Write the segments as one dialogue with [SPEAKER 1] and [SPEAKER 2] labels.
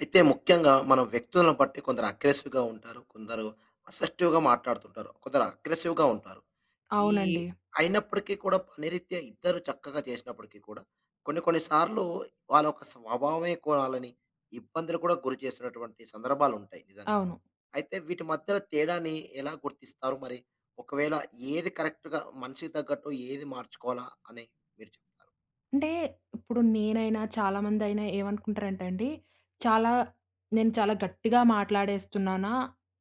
[SPEAKER 1] అయితే ముఖ్యంగా మనం వ్యక్తులను బట్టి కొందరు అగ్రెసివ్‌గా ఉంటారు. కొందరు అసర్టివ్‌గా మాట్లాడుతుంటారు. కొందరు అగ్రెసివ్‌గా ఉంటారు. ఈ
[SPEAKER 2] అవునండి.
[SPEAKER 1] అయినప్పటికీ కూడా పనిరీత్యా ఇద్దరు చక్కగా చేసినప్పటికీ కూడా కొన్ని కొన్ని సార్లు వాళ్ళ యొక్క స్వభావమే వాళ్ళని ఇబ్బందులు కూడా గురి చేస్తున్నటువంటి సందర్భాలుంటాయి నిజంగా.
[SPEAKER 2] అవును.
[SPEAKER 1] అయితే వీటి మధ్యలో తేడాని ఎలా గుర్తిస్తారు మరి? ఒకవేళ ఏది కరెక్ట్‌గా మనిషికి తగ్గట్టు ఏది మార్చుకోవాలా అని మీరు చెప్తారు?
[SPEAKER 2] అంటే ఇప్పుడు నేనైనా, చాలామందైనా ఏమనుకుంటారంటే అండి, చాలా నేను చాలా గట్టిగా మాట్లాడేస్తున్నానా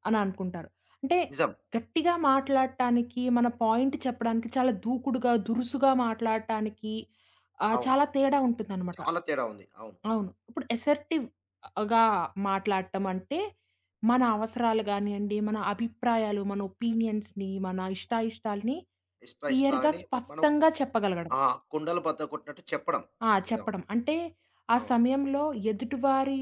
[SPEAKER 2] అని అనుకుంటారు. అంటే
[SPEAKER 1] నిజం.
[SPEAKER 2] గట్టిగా మాట్లాడటానికి, మన పాయింట్ చెప్పడానికి చాలా దూకుడుగా, దురుసుగా మాట్లాడటానికి
[SPEAKER 1] అవును.
[SPEAKER 2] చాలా తేడా ఉంటుందనమాట.
[SPEAKER 1] చాలా తేడా ఉంది. అవును.
[SPEAKER 2] అవును. ఇప్పుడు అసర్టివ్ గా మాట్లాడటం అంటే, మన అవసరాలు గానియండి, మన అభిప్రాయాలు, మన ఒపీనియన్స్‌ని, మన ఇష్టాయిష్టాలని
[SPEAKER 1] ఇష్ట
[SPEAKER 2] క్లియర్‌గా,
[SPEAKER 1] ఇష్టాలని మనం
[SPEAKER 2] స్పష్టంగా చెప్పగలగడం.
[SPEAKER 1] ఆ! కుండలు బద్దలు కొట్టినట్టు చెప్పడం.
[SPEAKER 2] ఆ!
[SPEAKER 1] నిజం.
[SPEAKER 2] చెప్పడం. అంటే ఆ
[SPEAKER 1] అవును.
[SPEAKER 2] సమయంలో ఎదుటివారి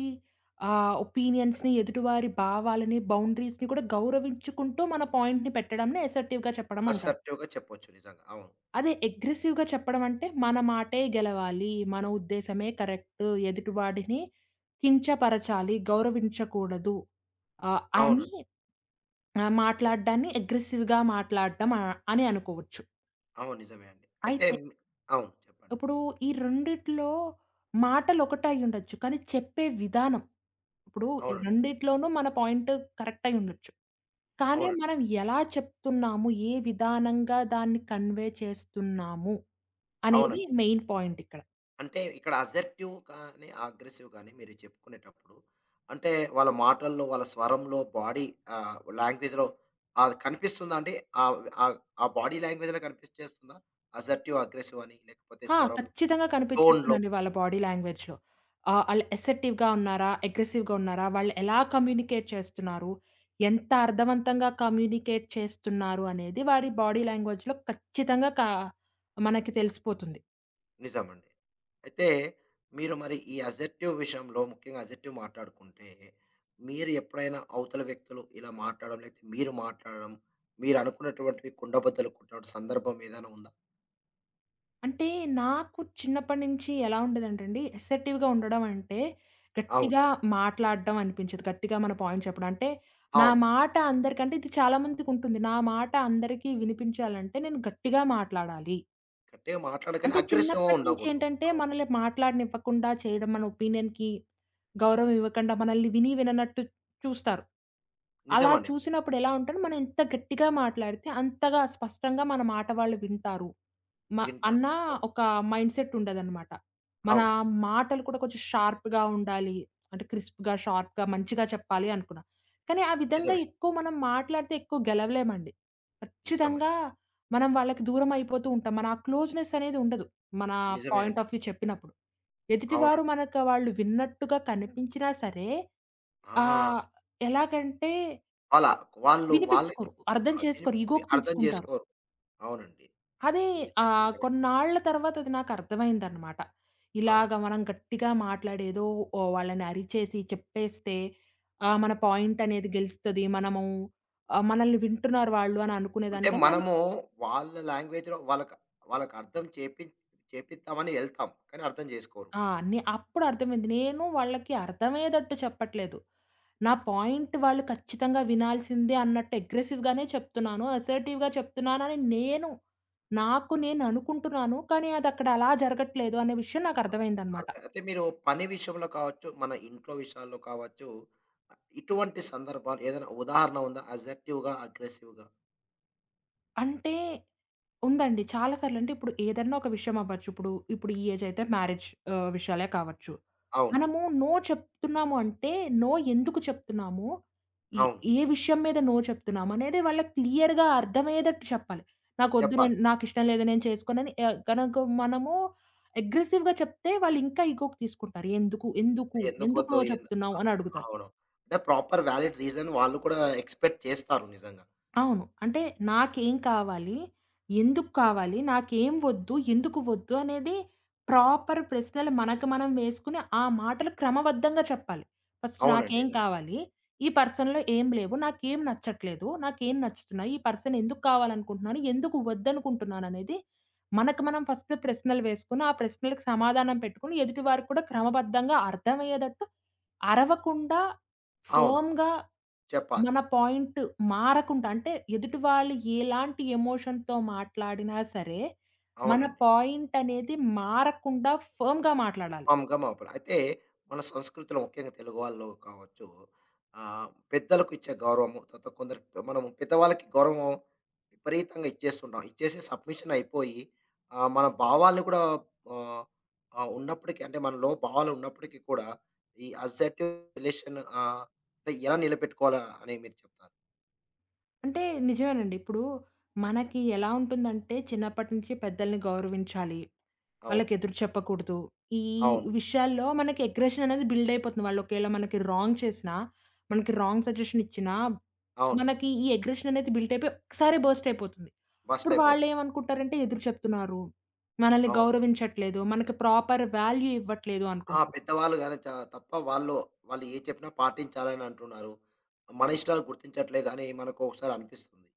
[SPEAKER 2] ఒపీనియన్స్‌ని, ఎదుటివారి భావాలని, బౌండరీస్‌ని కూడా గౌరవించుకుంటూ మన పాయింట్‌ని పెట్టడంని అసర్టివ్‌గా చెప్పడం అంటారు.
[SPEAKER 1] అసర్టివ్‌గా చెప్పొచ్చు నిజంగా. అవును.
[SPEAKER 2] అదే అగ్రెసివ్‌గా చెప్పడం అంటే మన మాటే గెలవాలి, మన ఉద్దేశమే కరెక్ట్, ఎదుటివాడిని కించపరచాలి, గౌరవించకూడదు అని
[SPEAKER 1] అవునండి.
[SPEAKER 2] మాట్లాడడాన్ని అగ్రెసివ్‌గా మాట్లాడడం అని అనుకోవచ్చు.
[SPEAKER 1] అవును. నిజమే అండి. అయితే
[SPEAKER 2] అయితే
[SPEAKER 1] మి అవును. చెప్పండి.
[SPEAKER 2] ఇప్పుడు ఈ రెండిట్లో మాటలు ఒకటై ఉండొచ్చు. కానీ చెప్పే విధానం ఇప్పుడు ఈ
[SPEAKER 1] అవునండి.
[SPEAKER 2] రెండిట్లోనూ మన పాయింట్ కరెక్ట్ అయి ఉండొచ్చు. కానీ
[SPEAKER 1] అవునండి.
[SPEAKER 2] మనం ఎలా చెప్తున్నాము, ఏ విధానంగా దాన్ని కన్వే చేస్తున్నాము అనేది
[SPEAKER 1] అవునండి.
[SPEAKER 2] మెయిన్ పాయింట్ ఇక్కడ.
[SPEAKER 1] అంటే ఇక్కడ అసర్టివ్ కానీ, అగ్రెసివ్ కానీ మీరు చెప్పుకునేటప్పుడు అంటే వాళ్ళ మాటల్లో, వాళ్ళ స్వరంలో, బాడీ లాంగ్వేజ్‌లో అది కనిపిస్తుందా అండి? ఆహ్, ఆహ్, ఆ బాడీ లాంగ్వేజ్‌లో కనిపించేస్తుందా? అసర్టివ్, అగ్రెసివ్ అని లేకపోతే
[SPEAKER 2] ఆ!
[SPEAKER 1] స్వరం,
[SPEAKER 2] ఖచ్చితంగా
[SPEAKER 1] టోన్‌లో?
[SPEAKER 2] కనిపిచ్చేస్తుందండి వాళ్ళ బాడీ లాంగ్వేజ్‌లో. ఆళ్ళు అసర్టివ్‌గా ఉన్నారా? అగ్రెసివ్‌గా ఉన్నారా? వాళ్ళు ఎలా కమ్యూనికేట్ చేస్తున్నారు? ఎంత అర్థవంతంగా కమ్యూనికేట్ చేస్తున్నారు అనేది వారి బాడీ లాంగ్వేజ్‌లో ఖచ్చితంగా మనకి తెలిసిపోతుంది.
[SPEAKER 1] నిజమండి. అయితే మీరు మరి ఈ అసర్టివ్ విషయంలో ముఖ్యంగా అసర్టివ్ మాట్లాడుకుంటే, మీరు ఎప్పుడైనా అవతల వ్యక్తులు ఇలా మాట్లాడడం, లేకపోతే మీరు మాట్లాడడం, మీరనుకున్నటువంటివి కుండబద్దలు కొట్టడం సందర్భం ఏదైనా ఉందా?
[SPEAKER 2] అంటే నాకు చిన్నప్పటి నుంచి ఎలా ఉండేదంటేండి, అసర్టివ్‌గా ఉండడం అంటే,
[SPEAKER 1] అవును.
[SPEAKER 2] గట్టిగా మాట్లాడడం అనిపించదు. గట్టిగా మన పాయింట్ చెప్పడం. అంటే నా
[SPEAKER 1] అవును.
[SPEAKER 2] మాట అందరికంటే ఇది చాలా మందికుంటుంది. నా మాట అందరికీ వినిపించాలంటే నేను గట్టిగా మాట్లాడాలి.
[SPEAKER 1] గట్టిగా మాట్లాడకనే
[SPEAKER 2] అంటే
[SPEAKER 1] అగ్రెసివ్‌గా
[SPEAKER 2] చిన్నప్పటి నుంచి
[SPEAKER 1] ఉండకూడదు.
[SPEAKER 2] ఏంటంటే,
[SPEAKER 1] అవును.
[SPEAKER 2] మనల్ని మాట్లాడనివ్వకుండా చేయడం, మన ఒపీనియన్‌కి గౌరవం ఇవ్వకుండా, మనల్ని విని విననట్టు చూస్తారు. అలా
[SPEAKER 1] నిజమండి. అవును.
[SPEAKER 2] చూసినప్పుడు ఎలా ఉంటది, మనం ఎంత గట్టిగా మాట్లాడితే అంతగా స్పష్టంగా మన మాట వాళ్ళు వింటారు. మ అన్న
[SPEAKER 1] వింటాను. అవును.
[SPEAKER 2] ఒక మైండ్‌సెట్ ఉండదనమాట. మన
[SPEAKER 1] అవును.
[SPEAKER 2] మాటలు కూడా కొంచెం షార్ప్‌గా ఉండాలి. అంటే క్రిస్ప్‌గా, షార్ప్‌గా, మంచిగా చెప్పాలి అనుకున్నా. కానీ ఆ విధంగా
[SPEAKER 1] నిజమే.
[SPEAKER 2] ఎక్కువ మనం మాట్లాడితే ఎక్కువ గెలవలేమండి.
[SPEAKER 1] నిజమే.
[SPEAKER 2] ఖచ్చితంగా మనం వాళ్ళకి దూరం అయిపోతూ ఉంటాం. మన ఆ క్లోజ్‌నెస్ అనేది ఉండదు. మన
[SPEAKER 1] నిజమే
[SPEAKER 2] పాయింట్
[SPEAKER 1] అండి.
[SPEAKER 2] ఆఫ్ వ్యూ చెప్పినప్పుడు. ఎదుటివారు
[SPEAKER 1] అవునండి.
[SPEAKER 2] మనకు వాళ్ళు విన్నట్టుగా కనిపించినా సరే
[SPEAKER 1] ఆ!
[SPEAKER 2] ఆహ్, ఎలాగంటే
[SPEAKER 1] వాళ్ళ వాళ్ళు వాళ్ళకి
[SPEAKER 2] వినిపించుకోరు. అర్థం
[SPEAKER 1] అది
[SPEAKER 2] చేసుకోరు. ఇగోకి
[SPEAKER 1] అర్థం
[SPEAKER 2] తీసుకుంటారు.
[SPEAKER 1] చేసుకోరు. అవునండి.
[SPEAKER 2] అదే
[SPEAKER 1] మీరు చెప్పింది కరెక్ట్.
[SPEAKER 2] కొన్నాళ్ల తర్వాత అది నాకు అర్థమైందన్నమాట. ఇలాగ
[SPEAKER 1] అవును.
[SPEAKER 2] మనం గట్టిగా మాట్లాడి ఏదో వాళ్ళని అరిచేసి చెప్పేస్తే మన పాయింట్ అనేది గెలుస్తది. మనము మనల్ని వింటున్నారు వాళ్ళు అని
[SPEAKER 1] అంటే
[SPEAKER 2] అనుకునేదాన్ని. కానీ అది
[SPEAKER 1] మనము వాళ్ళ లాంగ్వేజ్‌లో వాళ్ళకి వాళ్ళకి అర్థం చేపిద్దామని ఎళ్తాం. కానీ అర్థం చేసుకోరు.
[SPEAKER 2] ఆ! అప్పుడు అర్థమైంది. నేను వాళ్ళకి అర్థమయ్యేటట్టు చెప్పట్లేదు. నా పాయింట్ వాళ్ళు ఖచ్చితంగా వినాల్సిందే అన్నట్టు అగ్రెసివ్‌గానే చెప్తున్నాను. అసర్టివ్‌గా చెప్తున్నానని నేను, నాకు నేను అనుకుంటున్నాను. కానీ అది అక్కడ అలా జరగట్లేదు అనే విషయం నాకు అర్థమైందనమాట.
[SPEAKER 1] అర్థం అయితే మీరు పని విషయంలో కావచ్చు, మన ఇంట్లో విషయాల్లో కావచ్చు, ఇటువంటి సందర్భాలు ఏదైనా ఉదాహరణ ఉందా? అసర్టివ్‌గా, అగ్రెసివ్‌గా?
[SPEAKER 2] అంటే ఉందండి. చాలా సార్లంటే ఇప్పుడు ఏదన్నా ఒక విషయం అవ్వచ్చు. ఇప్పుడు ఈ ఏజ్ అయితే మ్యారేజ్ విషయాలే కావచ్చు.
[SPEAKER 1] అవును.
[SPEAKER 2] మనము నో చెప్తున్నాము అంటే, నో ఎందుకు చెప్తున్నాము? ఈ
[SPEAKER 1] అవును.
[SPEAKER 2] ఏ విషయం మీద నో చెప్తున్నాము అనేది వాళ్ళకి క్లియర్‌గా అర్థమయ్యేటట్టు చెప్పాలి. నాకొద్దు
[SPEAKER 1] చెప్పాలి.
[SPEAKER 2] నేను నాకిష్టం లేదు నేను చేసుకోనని గనక మనము అగ్రెసివ్‌గా చెప్తే వాళ్ళు ఇంకా ఇగోకి తీసుకుంటారు. ఎందుకు? ఎందుకు
[SPEAKER 1] ఎందుకొద్దు
[SPEAKER 2] నో
[SPEAKER 1] ఏంద
[SPEAKER 2] చెప్తున్నావు?
[SPEAKER 1] అ
[SPEAKER 2] అని అడుగుతారు.
[SPEAKER 1] అవును. అంటే ప్రాపర్ వాలిడ్ రీజన్ వాళ్ళు కూడా ఎక్స్‌పెక్ట్ చేస్తారు నిజంగా.
[SPEAKER 2] అవును. అంటే నాకేం కావాలి? ఎందుకు కావాలి? నాకేం వద్దు? ఎందుకు వద్దు? అనేది ప్రాపర్ ప్రశ్నలు మనకు మనం వేసుకొని, ఆ మాటలు క్రమబద్ధంగా చెప్పాలి. ఫస్ట్
[SPEAKER 1] అవునండి.
[SPEAKER 2] నాకేం
[SPEAKER 1] నిజంగా.
[SPEAKER 2] కావాలి? ఈ పర్సన్‌లో ఏం లేవు. నాకేం నచ్చట్లేదు. నాకేం నచ్చుతున్నాయి? ఈ పర్సన్ ఎందుకు కావాలనుకుంటున్నాను? ఎందుకు వద్దనుకుంటున్నాననేది మనకు మనం ఫస్ట్ ప్రశ్నలు వేసుకొని, ఆ ప్రశ్నలకు సమాధానం పెట్టుకొని, ఎదుటివారికి కూడా క్రమబద్ధంగా అర్థమయ్యేటట్టు అరవకుండా,
[SPEAKER 1] అవును.
[SPEAKER 2] ఫర్మ్‌గా
[SPEAKER 1] చెప్పాలి.
[SPEAKER 2] మన పాయింట్ మారకుండా అంటే ఎదుటి వాళ్ళు ఎలాంటి ఎమోషన్‌తో మాట్లాడినా సరే, మన
[SPEAKER 1] అవునండి.
[SPEAKER 2] పాయింట్ అనేది మారకుండా ఫర్మ్‌గా మాట్లాడాలి.
[SPEAKER 1] మామూలుగా మా అప్పుడు. అయితే మన సంస్కృతిలో ముఖ్యంగా తెలుగు వాళ్ళు కావచ్చు, పెద్దలకు ఇచ్చే గౌరవము, తర్వాత కొందరు మనము పెద్దవాళ్ళకి గౌరవం విపరీతంగా ఇచ్చేస్తుంటాం. ఇచ్చేసి సబ్మిషన్ అయిపోయి మన భావాల్ని కూడా ఆహ్, ఉన్నప్పటికీ అంటే మనలో భావాలు ఉన్నప్పటికీ కూడా ఈ అసర్టివ్ రిలేషన్ అంటే ఎలా నిలబెట్టుకోవాలా అని మీరు చెప్తారు?
[SPEAKER 2] అంటే నిజమేనండి. ఇప్పుడు మనకి ఎలా ఉంటుందంటే, చిన్నప్పటి నుంచి పెద్దల్ని గౌరవించాలి.
[SPEAKER 1] అవును.
[SPEAKER 2] వాళ్ళకి ఎదురు చెప్పకూడదు. ఈ
[SPEAKER 1] అవును.
[SPEAKER 2] విషయాల్లో మనకి అగ్రెషన్ అనేది బిల్డ్ అయిపోతుంది. వాళ్ళు ఒకవేళ మనకి రాంగ్ చేసినా, మనకి రాంగ్ సజెషన్ ఇచ్చినా,
[SPEAKER 1] అవును.
[SPEAKER 2] మనకి ఈ అగ్రెషన్ అనేది బిల్డ్ అయిపోయి ఒక్కసారే బర్స్ట్ అయిపోతుంది.
[SPEAKER 1] బస్ట్
[SPEAKER 2] అప్పుడు
[SPEAKER 1] అయిపోతాం.
[SPEAKER 2] వాళ్ళేమనుకుంటారంటే ఎదురు చెప్తున్నారు. మనల్ని
[SPEAKER 1] అవును.
[SPEAKER 2] గౌరవించట్లేదు. మనకి ప్రాపర్ వాల్యూ ఇవ్వట్లేదు
[SPEAKER 1] ఆ!
[SPEAKER 2] అనుకుంటారు.
[SPEAKER 1] పెద్దవాళ్ళు గాని చ తప్ప వాళ్ళు, వాళ్ళు ఏది చెప్పినా పాటించాలని అంటున్నారు. మన ఇష్టాలు గుర్తించట్లేదని మనకు ఒకసారి అనిపిస్తుంది.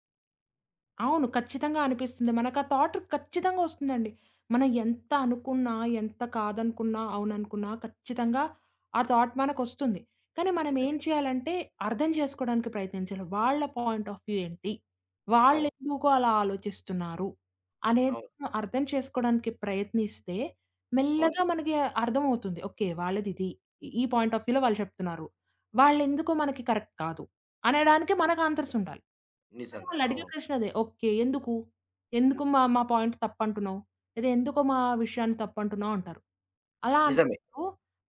[SPEAKER 2] అవును. ఖచ్చితంగా అనిపిస్తుంది. మనకా థాట్ ఖచ్చితంగా ఒస్తుందండి. మనం ఎంత అనుకున్నా, ఎంత కాదనుకున్నా, అవుననుకున్నా ఖచ్చితంగా ఆ థాట్ మనకొస్తుంది. కానీ మనం ఏం
[SPEAKER 1] నిజమే.
[SPEAKER 2] చేయాలంటే అర్థం చేసుకోవడానికి ప్రయత్నించాలి. వాళ్ళ పాయింట్ ఆఫ్ వ్యూ ఏంటి?
[SPEAKER 1] అవును.
[SPEAKER 2] వాళ్ళెందుకు అలా ఆలోచిస్తున్నారు? అనేది
[SPEAKER 1] అవును.
[SPEAKER 2] మనం అర్థం చేసుకోవడానికి ప్రయత్నిస్తే మెల్లగా
[SPEAKER 1] అవునండి.
[SPEAKER 2] మనకి అర్థమవుతుంది. ఓకే. వాళ్ళదిది. ఈ పాయింట్ ఆఫ్ వ్యూలో వాళ్ళు చెప్తున్నారు. వాళ్ళెందుకో మనకి కరెక్ట్ కాదు. అనడానికే మనకు ఆన్సర్స్ ఉండాలి. కానీ
[SPEAKER 1] నిజంగా.
[SPEAKER 2] వాళ్ళడిగే
[SPEAKER 1] అవును.
[SPEAKER 2] ప్రశ్న అదే. ఓకే. ఎందుకు? ఎందుకు మా మా పాయింట్ తప్పంటున్నావు? లేదా ఎందుకు మా విషయాన్ని తప్పంటున్నావు అంటారు. అలా
[SPEAKER 1] నిజమే.
[SPEAKER 2] అన్నప్పుడు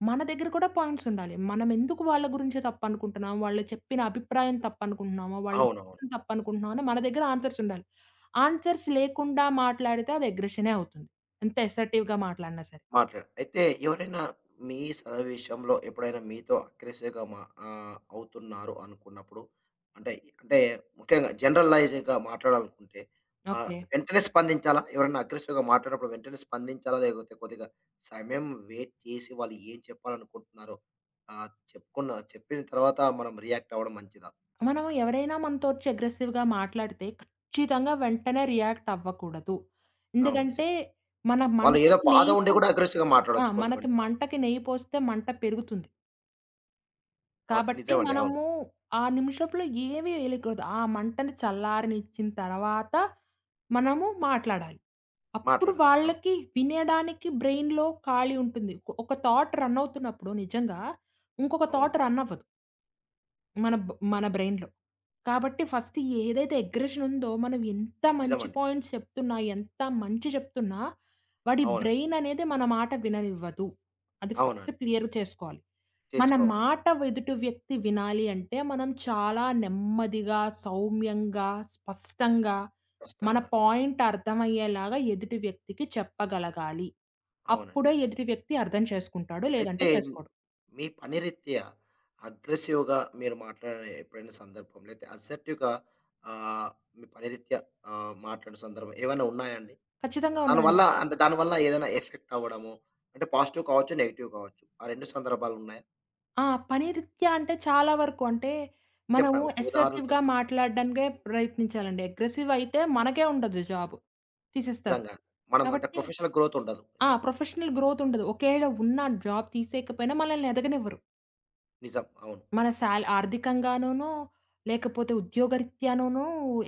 [SPEAKER 2] మన దగ్గర కూడా పాయింట్స్ ఉండాలి. మనం ఎందుకు వాళ్ళ గురించే తప్పనుకుంటున్నాం? వాళ్ళు చెప్పిన అభిప్రాయం తప్పనుకుంటున్నామా? వాళ్ళు
[SPEAKER 1] అవునవును.
[SPEAKER 2] చేసింది తప్పనుకుంటున్నామా? అని మన దగ్గర ఆన్సర్స్ ఉండాలి. ఆన్సర్స్ లేకుండా మాట్లాడితే అది అగ్రెషనే అవుతుంది. ఎంత అసర్టివ్‌గా మాట్లాడినా సరే.
[SPEAKER 1] మాట్లాడ అయితే ఎవరైనా మీ చదువు విషయంలో ఎప్పుడైనా మీతో అగ్రెసివ్‌గా అవుతున్నారు అనుకున్నప్పుడు అంటే అంటే ముఖ్యంగా జనరలైజ్‌గా మాట్లాడాలనుకుంటే
[SPEAKER 2] ఓకే.
[SPEAKER 1] వెంటనే స్పందించాలా? ఎవరైనా అగ్రెసివ్‌గా మాట్లాడినప్పుడు వెంటనే స్పందించాలా? లేకపోతే కొద్దిగా సమయం వెయిట్ చేసి వాళ్ళు ఏం చెప్పాలనుకుంటున్నారో చెప్పిన తర్వాత మనం రియాక్ట్ అవ్వడం మంచిదా?
[SPEAKER 2] మనం ఎవరైనా మనతో వచ్చి అగ్రెసివ్‌గా మాట్లాడితే ఖచ్చితంగా వెంటనే రియాక్ట్ అవ్వకూడదు.
[SPEAKER 1] అవును.
[SPEAKER 2] ఎందుకంటే
[SPEAKER 1] నిజమే.
[SPEAKER 2] మన
[SPEAKER 1] వాళ్ళు ఏదో
[SPEAKER 2] మంటకి
[SPEAKER 1] బాధ
[SPEAKER 2] నెయ్యి
[SPEAKER 1] ఉండి
[SPEAKER 2] పో
[SPEAKER 1] కూడా అగ్రెసివ్‌గా
[SPEAKER 2] ఆ!
[SPEAKER 1] మాట్లాడొచ్చు కొన్ని
[SPEAKER 2] మనకి
[SPEAKER 1] కొన్ని సార్లు.
[SPEAKER 2] మంటకి నెయ్యి పోస్తే మంట పెరుగుతుంది.
[SPEAKER 1] అవును.
[SPEAKER 2] కాబట్టి
[SPEAKER 1] నిజమండి. అవును.
[SPEAKER 2] మనము ఆ నిమిషంలో ఏమీ వేయలేకూడదు. ఆ మంటని చల్లారనిచ్చిన తర్వాత మనము మాట్లాడాలి. అప్పుడు
[SPEAKER 1] మాట్లాడాలి. అవును.
[SPEAKER 2] వాళ్ళకి వినడానికి బ్రెయిన్‌లో ఖాళీ ఉంటుంది. ఒక థాట్ రన్ అవుతున్నప్పుడు నిజంగా ఇంకొక
[SPEAKER 1] అవును.
[SPEAKER 2] థాట్ రన్ అవ్వదు. మన బ్రెయిన్‌లో. కాబట్టి ఫస్ట్ ఏదైతే అగ్రెషన్ ఉందో మనం ఎంత మంచి
[SPEAKER 1] నిజమండి.
[SPEAKER 2] పాయింట్స్ చెప్తున్నా, ఎంత మంచి చెప్తున్నా, వాడి
[SPEAKER 1] అవునండి.
[SPEAKER 2] బ్రెయిన్ అనేది మన మాట విననివ్వదు. అది ఫస్ట్
[SPEAKER 1] అవునండి.
[SPEAKER 2] క్లియర్ చేసుకోవాలి. మన
[SPEAKER 1] చేసుకోవాలి.
[SPEAKER 2] మాట ఎదుటి వ్యక్తి వినాలి అంటే మనం చాలా నెమ్మదిగా, సౌమ్యంగా, స్పష్టంగా మన
[SPEAKER 1] స్పష్టంగా.
[SPEAKER 2] పాయింట్ అర్థమయ్యేలాగా ఎదుటి వ్యక్తికి చెప్పగలగాలి.
[SPEAKER 1] అవునండి.
[SPEAKER 2] అప్పుడే ఎదుటి వ్యక్తి అర్థం చేసుకుంటాడు. లేదంటే
[SPEAKER 1] అయితే
[SPEAKER 2] చేసుకోడు.
[SPEAKER 1] మీ పని రీత్యా అగ్రెసివ్‌గా మీరు మాట్లాడిన ఎప్పుడైనా సందర్భం లేతే అసర్టివ్‌గా ఆహ్, మీ పని రీత్యా మాట్లాడిన సందర్భం ఏవైనా ఉన్నాయా అండి?
[SPEAKER 2] ఖచ్చితంగా
[SPEAKER 1] దానివల్ల
[SPEAKER 2] ఉన్నాయండి.
[SPEAKER 1] అంటే దానివల్ల ఏదైనా ఎఫెక్ట్ అవ్వడము అంటే పాజిటివ్ కావచ్చు, నెగెటివ్ కావచ్చు. ఆ 2 సందర్భాలు ఉన్నాయా?
[SPEAKER 2] ఆ! పనిరీత్యా అంటే చాలా వరకు అంటే, మనము
[SPEAKER 1] చెప్పండి. ఒక ఉదాహరణతో
[SPEAKER 2] అసర్టివ్‌గా
[SPEAKER 1] చెప్పండి.
[SPEAKER 2] మాట్లాడడానికే ప్రయత్నించాలండి. అగ్రెసివ్ అయితే మనకే ఉండదు జాబ్. తీసేస్తారు.
[SPEAKER 1] నిజంగా. మనం అంటే
[SPEAKER 2] కాబట్టి
[SPEAKER 1] ప్రొఫెషనల్ గ్రోత్ ఉండదు.
[SPEAKER 2] ఆ!
[SPEAKER 1] నిజంగా.
[SPEAKER 2] ప్రొఫెషనల్ గ్రోత్ ఉండదు. ఒకవేళ ఉన్న జాబ్ తీసేయకపోయినా మనల్ని ఎదగనివ్వరు.
[SPEAKER 1] నిజం. అవును.
[SPEAKER 2] మన సాల్ ఆర్థికంగానూను, లేకపోతే ఉద్యోగరీత్యానూను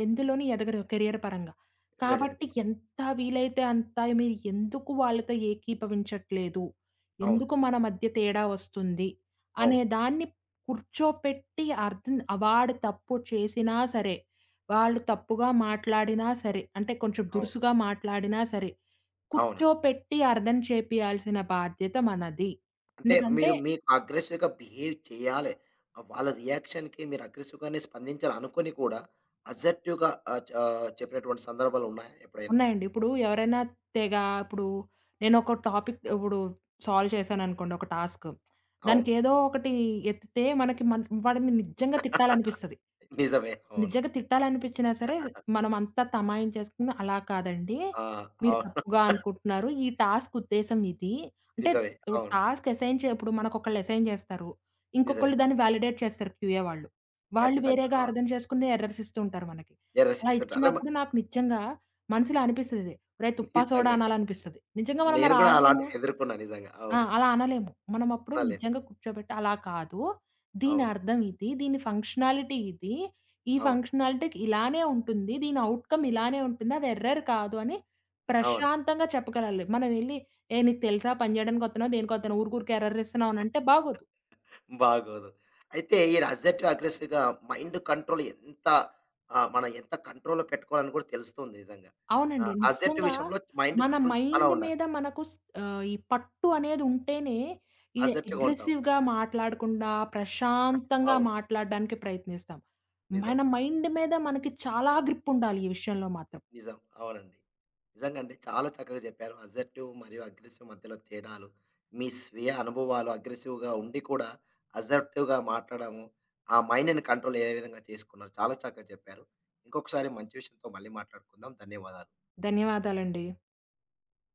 [SPEAKER 2] ఎందులోనూ ఎదగరు కెరియర్ పరంగా.
[SPEAKER 1] Very good.
[SPEAKER 2] కాబట్టి ఎంత వీలైతే అంత మీరు ఎందుకు వాళ్ళతో ఏకీభవించట్లేదు?
[SPEAKER 1] అవును.
[SPEAKER 2] ఎందుకు మన మధ్య తేడా వస్తుంది? అనే
[SPEAKER 1] అవును.
[SPEAKER 2] దాన్ని కూర్చోపెట్టి అర్థం వాడు తప్పు చేసినా సరే, వాళ్ళు తప్పుగా మాట్లాడినా సరే, అంటే కొంచెం
[SPEAKER 1] అవును.
[SPEAKER 2] దురుసుగా మాట్లాడినా సరే,
[SPEAKER 1] అవునండి.
[SPEAKER 2] కూర్చోపెట్టి అర్థం చేపియాల్సిన బాధ్యత మనది.
[SPEAKER 1] అంటే
[SPEAKER 2] ఎందుకంటే
[SPEAKER 1] మీరు మీకు అగ్రెసివ్‌గా బిహేవ్ చేయాలె. వాళ్ళ రియాక్షన్‌కి మీరు అగ్రెసివ్‌గానే స్పందించాలి అనుకోని కూడా అసర్టివ్‌గా చెప్పినటువంటి సందర్భాలు ఉన్నాయా ఎప్పుడైనా?
[SPEAKER 2] ఉన్నాయండి. ఇప్పుడు ఎవరైనా తెగ ఇప్పుడు నేనొక టాపిక్ ఇప్పుడు సాల్వ్ చేశాననుకోండి ఒక టాస్క్.
[SPEAKER 1] అవును.
[SPEAKER 2] దానికేదో ఒకటి ఎత్తితే మనకి వాడిని నిజంగా తిట్టాలనిపిస్తది.
[SPEAKER 1] నిజమే. అవును.
[SPEAKER 2] నిజంగా తిట్టాలనిపించినా సరే, మనమంతా తమాయించేసుకుని అలా కాదండి.
[SPEAKER 1] ఆ!
[SPEAKER 2] మీరు
[SPEAKER 1] అవును.
[SPEAKER 2] తప్పుగా అనుకుంటున్నారు. ఈ టాస్క్ ఉద్దేశ్యం ఇది. అంటే
[SPEAKER 1] నిజమే. అవును.
[SPEAKER 2] ఇప్పుడు మనకొకళ్ళు అసైన్ చేస్తారు.
[SPEAKER 1] నిజమే.
[SPEAKER 2] ఇంకొకళ్ళు దాన్ని వాలిడేట్ చేస్తారు క్యూఏ వాళ్ళు. వాళ్ళు
[SPEAKER 1] ఖచ్చితంగా.
[SPEAKER 2] వేరేగా
[SPEAKER 1] ఆ!
[SPEAKER 2] అర్థం చేసుకునే ఎర్రర్స్ ఇస్తూ ఉంటారు మనకి.
[SPEAKER 1] ఎర్రర్స్
[SPEAKER 2] అలా
[SPEAKER 1] చేస్తుంటారు. అరే! మ
[SPEAKER 2] ఇచ్చినప్పుడు నాకు నిజంగా మనసులో అనిపిస్తది. ఒరేయ్! తుప్పా, సోడా
[SPEAKER 1] నిజంగా.
[SPEAKER 2] అనాలనిపిస్తది. నిజంగా మనం
[SPEAKER 1] నేను
[SPEAKER 2] మరి
[SPEAKER 1] కూడా
[SPEAKER 2] అనగలమా?
[SPEAKER 1] అలాంటివి ఎదుర్కొన్నా నిజంగా.
[SPEAKER 2] ఆ!
[SPEAKER 1] అవును.
[SPEAKER 2] అలా అనలేము. మనమప్పుడు
[SPEAKER 1] అలే.
[SPEAKER 2] నిజంగా కూర్చోబెట్టి అలా కాదు. దీని
[SPEAKER 1] అవును.
[SPEAKER 2] అర్థం ఇది. దీని ఫంక్షనాలిటీ ఇది. ఈ
[SPEAKER 1] అవును.
[SPEAKER 2] ఫంక్షనాలిటీకి ఇలానే ఉంటుంది. దీని ఔట్‌కమ్ ఇలానే ఉంటుంది. అది ఎర్రర్ కాదు అని
[SPEAKER 1] అవును.
[SPEAKER 2] ప్రశాంతంగా చెప్పగలాలి. మనం ఎళ్లి, "ఏ నీకు తెలుసా పని చేయడానికి వత్తన్నావు, దేనికొత్తన్నావు ఊరికూరికే ఎర్రర్ ఇస్తున్నావు" అని అంటే బాగోదు.
[SPEAKER 1] బాగోదు. అయితే ఈ అసర్టివ్, అగ్రెసివ్‌గా మైండ్ కంట్రోల్ ఎంత మనం ఎంత కంట్రోల్‌లో పెట్టుకోవాలని కూడా తెలుస్తుంది నిజంగా.
[SPEAKER 2] అవునండి.
[SPEAKER 1] అసర్టివ్
[SPEAKER 2] నిజంగా
[SPEAKER 1] విషయంలో మైండ్
[SPEAKER 2] మన
[SPEAKER 1] కంట్రోల్ చాలా
[SPEAKER 2] మైండ్
[SPEAKER 1] ఉండాలి.
[SPEAKER 2] మీద మనకు ఈ పట్టు అనేదుంటేనే, ఈ
[SPEAKER 1] అసర్టివ్‌గా ఉంటాం.
[SPEAKER 2] అగ్రెసివ్‌గా మాట్లాడకుండా, ప్రశాంతంగా
[SPEAKER 1] అవును.
[SPEAKER 2] మాట్లాడడానికి ప్రయత్నిస్తాం.
[SPEAKER 1] నిజం.
[SPEAKER 2] మన మైండ్ మీద మనకి చాలా గ్రిప్పుండాలి ఈ విషయంలో మాత్రం.
[SPEAKER 1] నిజం. అవునండి. నిజంగా అండి. చాలా చక్కగా చెప్పారు. అసర్టివ్ మరియు అగ్రెసివ్ మధ్యలో తేడాలు, మీ స్వీయ అనుభవాలు అగ్రెసివ్‌గా ఉండి కూడా అసర్టివ్‌గా మాట్లాడము, ఆ మైండ్‌ని కంట్రోల్ ఏ విధంగా చేసుకున్నారు. చాలా చక్కగా చెప్పారు. ఇంకొకసారి మంచి విషయంతో మళ్ళీ మాట్లాడుకుందాం. ధన్యవాదాలు.
[SPEAKER 2] ధన్యవాదాలండి.